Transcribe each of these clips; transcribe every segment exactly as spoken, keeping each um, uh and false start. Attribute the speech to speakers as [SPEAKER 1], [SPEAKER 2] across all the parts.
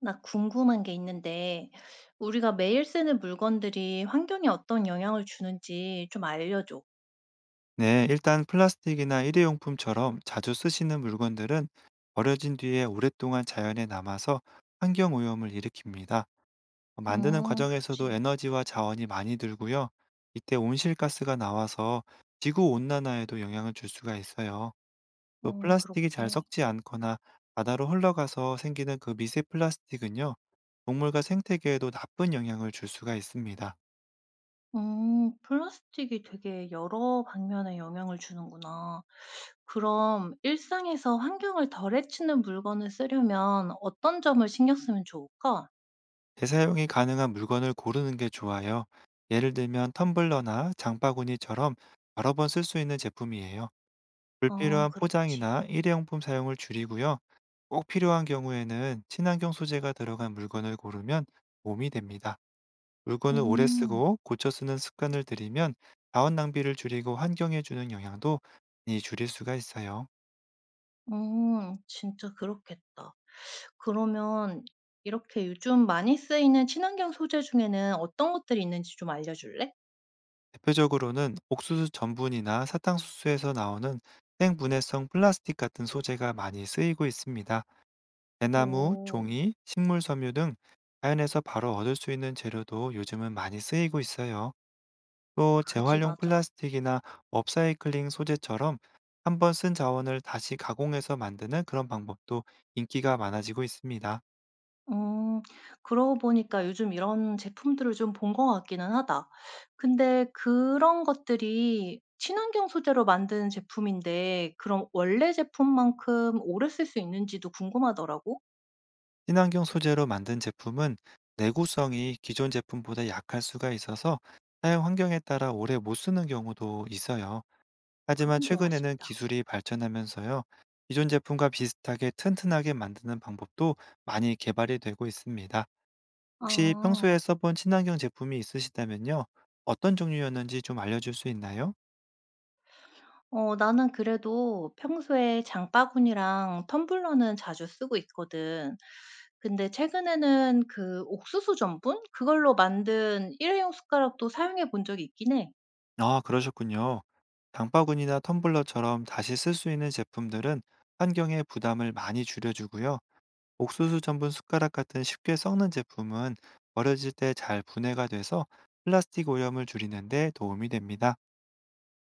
[SPEAKER 1] 나 궁금한 게 있는데, 우리가 매일 쓰는 물건들이 환경에 어떤 영향을 주는지 좀 알려줘.
[SPEAKER 2] 네, 일단 플라스틱이나 일회용품처럼 자주 쓰시는 물건들은 버려진 뒤에 오랫동안 자연에 남아서 환경 오염을 일으킵니다. 만드는
[SPEAKER 1] 음,
[SPEAKER 2] 과정에서도
[SPEAKER 1] 그렇지.
[SPEAKER 2] 에너지와 자원이 많이 들고요. 이때 온실가스가 나와서 지구 온난화에도 영향을 줄 수가 있어요. 또
[SPEAKER 1] 어,
[SPEAKER 2] 플라스틱이 잘
[SPEAKER 1] 그렇게.
[SPEAKER 2] 썩지 않거나 바다로 흘러가서 생기는 그 미세 플라스틱은요, 동물과 생태계에도 나쁜 영향을 줄 수가 있습니다.
[SPEAKER 1] 음, 플라스틱이 되게 여러 방면에 영향을 주는구나. 그럼 일상에서 환경을 덜 해치는 물건을 쓰려면 어떤 점을 신경 쓰면 좋을까?
[SPEAKER 2] 재사용이 가능한 물건을 고르는 게 좋아요. 예를 들면 텀블러나 장바구니처럼 여러 번 쓸 수 있는 제품이에요.
[SPEAKER 1] 어,
[SPEAKER 2] 불필요한
[SPEAKER 1] 그렇지.
[SPEAKER 2] 포장이나 일회용품 사용을 줄이고요. 꼭 필요한 경우에는 친환경 소재가 들어간 물건을 고르면 도움이 됩니다. 물건을 오래
[SPEAKER 1] 음,
[SPEAKER 2] 쓰고 고쳐 쓰는 습관을 들이면 자원 낭비를 줄이고 환경에 주는 영향도 많이 줄일 수가 있어요.
[SPEAKER 1] 음, 진짜 그렇겠다. 그러면 이렇게 요즘 많이 쓰이는 친환경 소재 중에는 어떤 것들이 있는지 좀 알려줄래?
[SPEAKER 2] 대표적으로는 옥수수 전분이나 사탕수수에서 나오는 생분해성 플라스틱 같은 소재가 많이 쓰이고 있습니다. 대나무,
[SPEAKER 1] 오,
[SPEAKER 2] 종이, 식물 섬유 등 자연에서 바로 얻을 수 있는 재료도 요즘은 많이 쓰이고 있어요. 또
[SPEAKER 1] 그지,
[SPEAKER 2] 재활용
[SPEAKER 1] 맞아.
[SPEAKER 2] 플라스틱이나 업사이클링 소재처럼 한번 쓴 자원을 다시 가공해서 만드는 그런 방법도 인기가 많아지고 있습니다.
[SPEAKER 1] 음, 그러고 보니까 요즘 이런 제품들을 좀 본 것 같기는 하다. 근데 그런 것들이 친환경 소재로 만든 제품인데, 그럼 원래 제품만큼 오래 쓸 수 있는지도 궁금하더라고.
[SPEAKER 2] 친환경 소재로 만든 제품은 내구성이 기존 제품보다 약할 수가 있어서 사용 환경에 따라 오래 못 쓰는 경우도 있어요. 하지만
[SPEAKER 1] 그건 좀
[SPEAKER 2] 최근에는
[SPEAKER 1] 아쉽다.
[SPEAKER 2] 기술이 발전하면서요. 기존 제품과 비슷하게 튼튼하게 만드는 방법도 많이 개발이 되고 있습니다. 혹시 평소에
[SPEAKER 1] 아,
[SPEAKER 2] 써본 친환경 제품이 있으시다면요. 어떤 종류였는지 좀 알려줄 수 있나요?
[SPEAKER 1] 어, 나는 그래도 평소에 장바구니랑 텀블러는 자주 쓰고 있거든. 근데 최근에는 그 옥수수 전분? 그걸로 만든 일회용 숟가락도 사용해 본 적이 있긴 해.
[SPEAKER 2] 아, 그러셨군요. 장바구니나 텀블러처럼 다시 쓸 수 있는 제품들은 환경에 부담을 많이 줄여주고요. 옥수수 전분 숟가락 같은 쉽게 썩는 제품은 버려질 때 잘 분해가 돼서 플라스틱 오염을 줄이는 데 도움이 됩니다.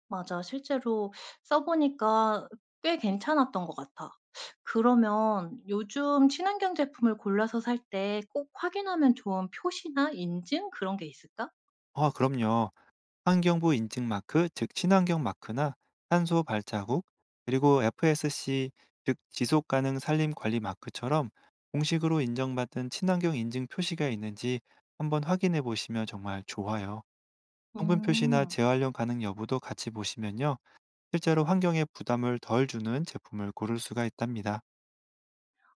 [SPEAKER 1] 맞아. 실제로 써 보니까 꽤 괜찮았던 것 같아. 그러면 요즘 친환경 제품을 골라서 살 때 꼭 확인하면 좋은 표시나 인증 그런 게 있을까?
[SPEAKER 2] 아, 그럼요. 환경부 인증 마크, 즉 친환경 마크나 탄소 발자국, 그리고 에프에스시, 즉 지속 가능 산림 관리 마크처럼 공식으로 인정받은 친환경 인증 표시가 있는지 한번 확인해 보시면 정말 좋아요. 성분 표시나
[SPEAKER 1] 음.
[SPEAKER 2] 재활용 가능 여부도 같이 보시면요. 실제로 환경에 부담을 덜 주는 제품을 고를 수가 있답니다.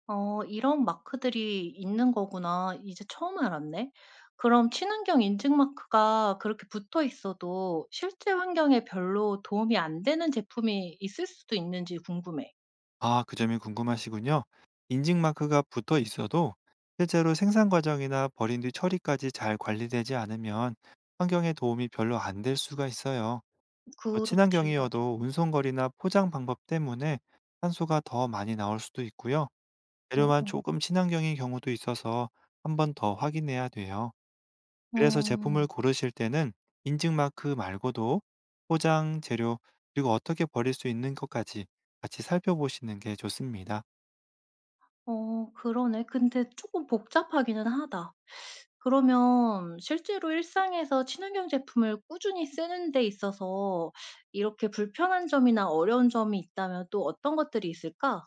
[SPEAKER 1] 어, 이런 마크들이 있는 거구나. 이제 처음 알았네. 그럼 친환경 인증 마크가 그렇게 붙어 있어도 실제 환경에 별로 도움이 안 되는 제품이 있을 수도 있는지 궁금해.
[SPEAKER 2] 아, 그 점이 궁금하시군요. 인증 마크가 붙어 있어도 실제로 생산 과정이나 버린 뒤 처리까지 잘 관리되지 않으면 환경에 도움이 별로 안 될 수가 있어요. 또
[SPEAKER 1] 그렇지. 맞아.
[SPEAKER 2] 친환경이어도 운송거리나 포장 방법 때문에 탄소가 더 많이 나올 수도 있고요. 재료만
[SPEAKER 1] 응,
[SPEAKER 2] 조금 친환경인 경우도 있어서 한번 더 확인해야 돼요.
[SPEAKER 1] 응.
[SPEAKER 2] 그래서 제품을
[SPEAKER 1] 음.
[SPEAKER 2] 고르실 때는 인증 마크 말고도 포장, 재료, 그리고 어떻게 버릴 수 있는 것까지 같이 살펴보시는 게 좋습니다.
[SPEAKER 1] 어, 그러네. 근데 조금 복잡하기는 하다. 그러면 실제로 일상에서 친환경 제품을 꾸준히 쓰는 데 있어서 이렇게 불편한 점이나 어려운 점이 있다면 또 어떤 것들이 있을까?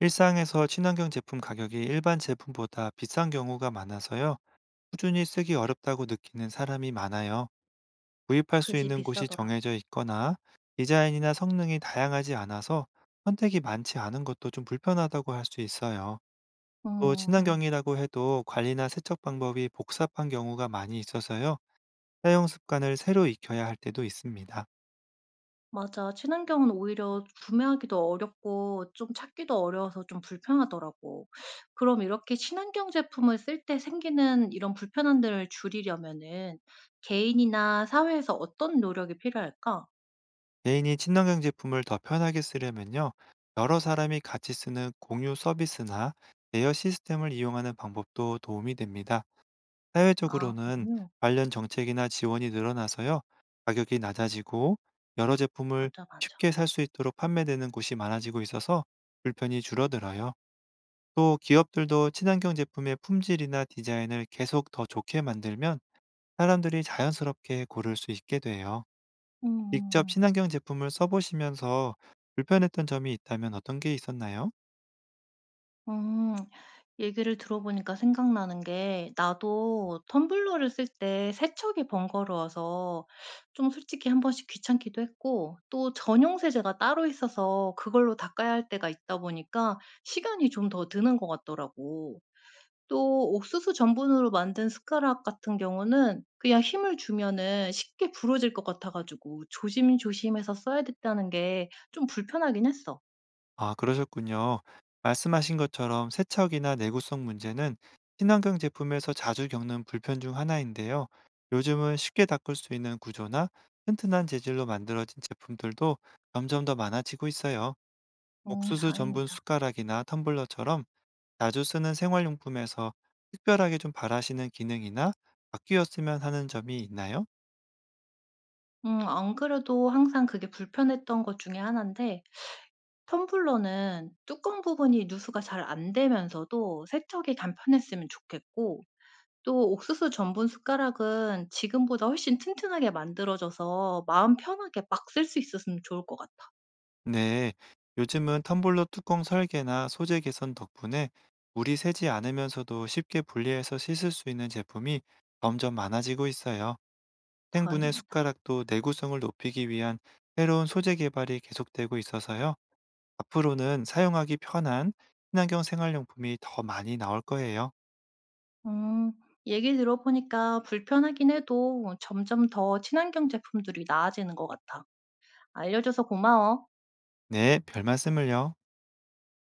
[SPEAKER 2] 일상에서 친환경 제품 가격이 일반 제품보다 비싼 경우가 많아서요. 꾸준히 쓰기 어렵다고 느끼는 사람이 많아요. 구입할 수
[SPEAKER 1] 그지,
[SPEAKER 2] 있는 곳이
[SPEAKER 1] 비싸더라.
[SPEAKER 2] 정해져 있거나 디자인이나 성능이 다양하지 않아서 선택이 많지 않은 것도 좀 불편하다고 할 수 있어요. 또
[SPEAKER 1] 어.
[SPEAKER 2] 친환경이라고 해도 관리나 세척 방법이 복잡한 경우가 많이 있어서요. 사용 습관을 새로 익혀야 할 때도 있습니다.
[SPEAKER 1] 맞아. 친환경은 오히려 구매하기도 어렵고 좀 찾기도 어려워서 좀 불편하더라고. 그럼 이렇게 친환경 제품을 쓸 때 생기는 이런 불편함들을 줄이려면은 개인이나 사회에서 어떤 노력이 필요할까?
[SPEAKER 2] 개인이 친환경 제품을 더 편하게 쓰려면요. 여러 사람이 같이 쓰는 공유 서비스나 대여 시스템을 이용하는 방법도 도움이 됩니다.
[SPEAKER 1] 아,
[SPEAKER 2] 사회적으로는
[SPEAKER 1] 공유.
[SPEAKER 2] 관련 정책이나 지원이 늘어나서요. 가격이 낮아지고 여러 제품을
[SPEAKER 1] 맞아, 맞아.
[SPEAKER 2] 쉽게 살 수 있도록 판매되는 곳이 많아지고 있어서 불편이 줄어들어요. 또 기업들도 친환경 제품의 품질이나 디자인을 계속 더 좋게 만들면 사람들이 자연스럽게 고를 수 있게 돼요.
[SPEAKER 1] 음음음.
[SPEAKER 2] 직접
[SPEAKER 1] 음.
[SPEAKER 2] 친환경 제품을 써보시면서 불편했던 점이 있다면 어떤 게 있었나요?
[SPEAKER 1] 음. 음, 얘기를 들어보니까 생각나는 게 나도 텀블러를 쓸 때 세척이 번거로워서 좀 솔직히 한 번씩 귀찮기도 했고, 또 전용 세제가 따로 있어서 그걸로 닦아야 할 때가 있다 보니까 시간이 좀 더 드는 것 같더라고. 또 옥수수 전분으로 만든 숟가락 같은 경우는 그냥 힘을 주면은 쉽게 부러질 것 같아 가지고 조심조심해서 써야 됐다는 게 좀 불편하긴 했어.
[SPEAKER 2] 아, 그러셨군요. 말씀하신 것처럼 세척이나 내구성 문제는 친환경 제품에서 자주 겪는 불편 중 하나인데요. 요즘은 쉽게 닦을 수 있는 구조나 튼튼한 재질로 만들어진 제품들도 점점 더 많아지고 있어요.
[SPEAKER 1] 음,
[SPEAKER 2] 옥수수 전분
[SPEAKER 1] 다행이다.
[SPEAKER 2] 숟가락이나 텀블러처럼 자주 쓰는 생활용품에서 특별하게 좀 바라시는 기능이나 바뀌었으면 하는 점이 있나요?
[SPEAKER 1] 음, 안 그래도 항상 그게 불편했던 것 중에 하나인데, 텀블러는 뚜껑 부분이 누수가 잘 안 되면서도 세척이 간편했으면 좋겠고, 또 옥수수 전분 숟가락은 지금보다 훨씬 튼튼하게 만들어져서 마음 편하게 막 쓸 수 있었으면 좋을 것 같아.
[SPEAKER 2] 네, 요즘은 텀블러 뚜껑 설계나 소재 개선 덕분에 물이 새지 않으면서도 쉽게 분리해서 씻을 수 있는 제품이 점점 많아지고 있어요. 생분해
[SPEAKER 1] 다행이다.
[SPEAKER 2] 숟가락도 내구성을 높이기 위한 새로운 소재 개발이 계속되고 있어서요. 앞으로는 사용하기 편한 친환경 생활용품이 더 많이 나올 거예요.
[SPEAKER 1] 음. 얘기 들어보니까 불편하긴 해도 점점 더 친환경 제품들이 나아지는 것 같아. 알려줘서 고마워.
[SPEAKER 2] 네, 별 말씀을요.